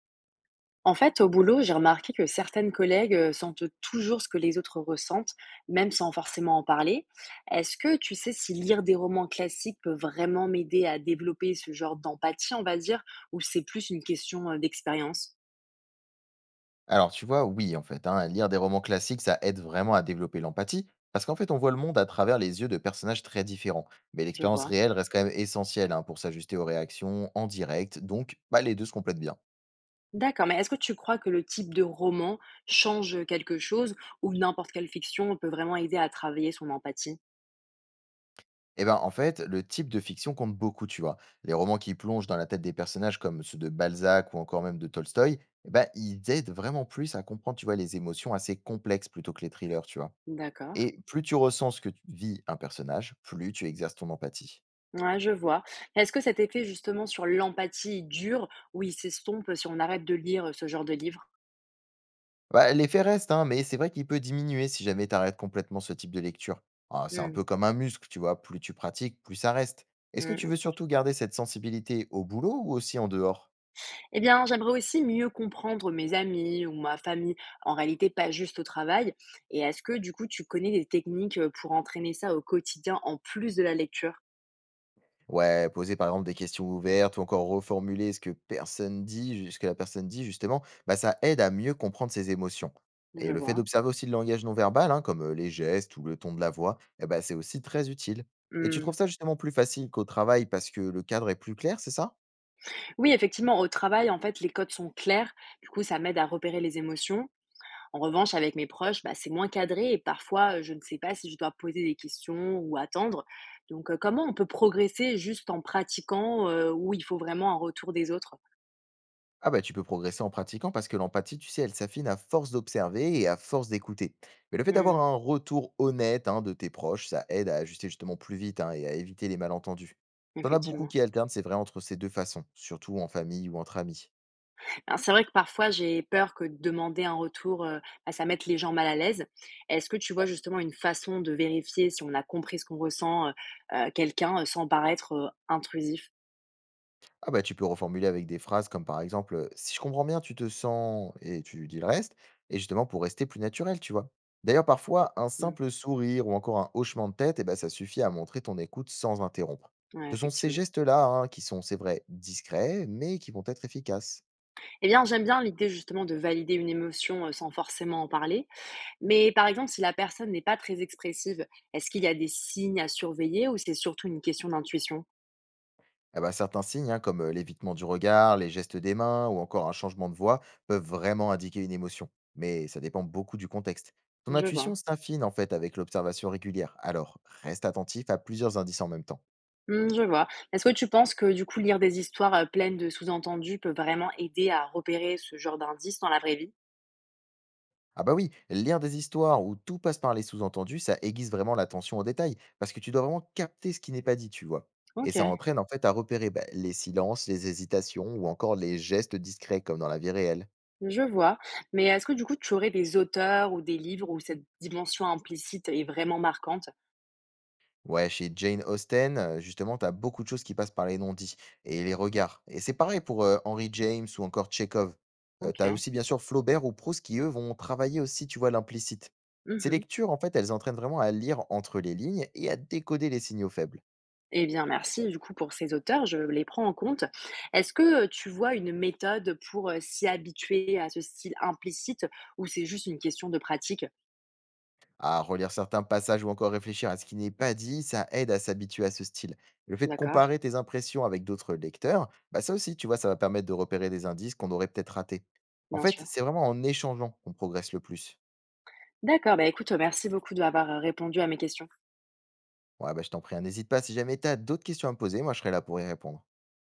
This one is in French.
En fait, au boulot, j'ai remarqué que certaines collègues sentent toujours ce que les autres ressentent, même sans forcément en parler. Est-ce que tu sais si lire des romans classiques peut vraiment m'aider à développer ce genre d'empathie, on va dire, ou c'est plus une question d'expérience? Alors, tu vois, oui, en fait, hein, lire des romans classiques, ça aide vraiment à développer l'empathie, parce qu'en fait, on voit le monde à travers les yeux de personnages très différents. Mais Je l'expérience vois. réelle reste quand même essentielle hein, pour s'ajuster aux réactions en direct, donc bah, les deux se complètent bien. D'accord, mais est-ce que tu crois que le type de roman change quelque chose ou n'importe quelle fiction peut vraiment aider à travailler son empathie? Et ben, en fait, le type de fiction compte beaucoup, tu vois. Les romans qui plongent dans la tête des personnages comme ceux de Balzac ou encore même de Tolstoï, eh ben, ils aident vraiment plus à comprendre, tu vois, les émotions assez complexes plutôt que les thrillers, tu vois. D'accord. Et plus tu ressens ce que vit un personnage, plus tu exerces ton empathie. Ouais, je vois. Est-ce que cet effet justement sur l'empathie dure ou il s'estompe si on arrête de lire ce genre de livre? Bah, l'effet reste, hein, mais c'est vrai qu'il peut diminuer si jamais tu arrêtes complètement ce type de lecture. Ah, c'est un Mmh. peu comme un muscle, tu vois, plus tu pratiques, plus ça reste. Est-ce que Mmh tu veux mh. surtout garder cette sensibilité au boulot ou aussi en dehors? Eh bien, j'aimerais aussi mieux comprendre mes amis ou ma famille, en réalité pas juste au travail. Et est-ce que du coup tu connais des techniques, pour entraîner ça au quotidien en plus de la lecture? Ouais, poser par exemple des questions ouvertes ou encore reformuler ce que personne dit, ce que la personne dit justement, bah ça aide à mieux comprendre ses émotions. Je Et le fait vois. d'observer aussi le langage non verbal, hein, comme les gestes ou le ton de la voix, eh ben, c'est aussi très utile. Et tu Mmh. trouves ça justement plus facile qu'au travail parce que le cadre est plus clair, c'est ça? Oui, effectivement, au travail, en fait, les codes sont clairs, du coup ça m'aide à repérer les émotions. En revanche, avec mes proches, bah, c'est moins cadré et parfois, je ne sais pas si je dois poser des questions ou attendre. Donc, comment on peut progresser juste en pratiquant, où il faut vraiment un retour des autres? Ah bah tu peux progresser en pratiquant parce que l'empathie, tu sais, elle s'affine à force d'observer et à force d'écouter. Mais le fait d'avoir Mmh. un retour honnête hein, de tes proches, ça aide à ajuster justement plus vite hein, et à éviter les malentendus. T'en as beaucoup Effectivement. qui alternent, c'est vrai, entre ces deux façons, surtout en famille ou entre amis. Alors, c'est vrai que parfois j'ai peur que de demander un retour, bah, ça mette les gens mal à l'aise. Est-ce que tu vois justement une façon de vérifier si on a compris ce qu'on ressent, quelqu'un, sans paraître, intrusif? Ah bah, tu peux reformuler avec des phrases comme par exemple, «Si je comprends bien, tu te sens» et tu dis le reste et justement pour rester plus naturel, tu vois? D'ailleurs, parfois, un Mmh. simple sourire ou encore un hochement de tête et ben ça suffit à montrer ton écoute sans interrompre. Ouais, Ce sont ces effectivement. gestes-là, hein, qui sont, c'est vrai, discrets, mais qui vont être efficaces. Eh bien, j'aime bien l'idée justement de valider une émotion, sans forcément en parler. Mais par exemple, si la personne n'est pas très expressive, est-ce qu'il y a des signes à surveiller ou c'est surtout une question d'intuition? Eh ben, certains signes, hein, comme l'évitement du regard, les gestes des mains ou encore un changement de voix, peuvent vraiment indiquer une émotion. Mais ça dépend beaucoup du contexte. Ton Je vois. intuition s'affine en fait avec l'observation régulière. Alors, reste attentif à plusieurs indices en même temps. Mmh, je vois. Est-ce que tu penses que, du coup, lire des histoires, pleines de sous-entendus peut vraiment aider à repérer ce genre d'indices dans la vraie vie? Ah bah oui, lire des histoires où tout passe par les sous-entendus, ça aiguise vraiment l'attention au détail, parce que tu dois vraiment capter ce qui n'est pas dit, tu vois. Et OK, ça entraîne en fait à repérer bah, les silences, les hésitations ou encore les gestes discrets comme dans la vie réelle. je vois. Mais est-ce que, du coup, tu aurais des auteurs ou des livres où cette dimension implicite est vraiment marquante? Ouais, chez Jane Austen, justement, t'as beaucoup de choses qui passent par les non-dits et les regards et c'est pareil pour, Henry James ou encore Tchekhov. Tu OK. aussi, bien sûr, Flaubert ou Proust qui, eux, vont travailler aussi, tu vois, l'implicite. Ces Mmh. lectures, en fait, elles entraînent vraiment à lire entre les lignes et à décoder les signaux faibles. Eh bien, merci, du coup, pour ces auteurs, je les prends en compte. Est-ce que, tu vois une méthode pour, s'y habituer à ce style implicite ou c'est juste une question de pratique? À relire certains passages ou encore réfléchir à ce qui n'est pas dit, ça aide à s'habituer à ce style. Le fait de D'accord, comparer tes impressions avec d'autres lecteurs, bah, ça aussi, tu vois, ça va permettre de repérer des indices qu'on aurait peut-être ratés. En bien fait, sûr. c'est vraiment en échangeant qu'on progresse le plus. D'accord, bah, écoute, merci beaucoup d'avoir, répondu à mes questions. Ouais, bah, je t'en prie, hein. N'hésite pas, si jamais tu as d'autres questions à me poser, moi je serai là pour y répondre.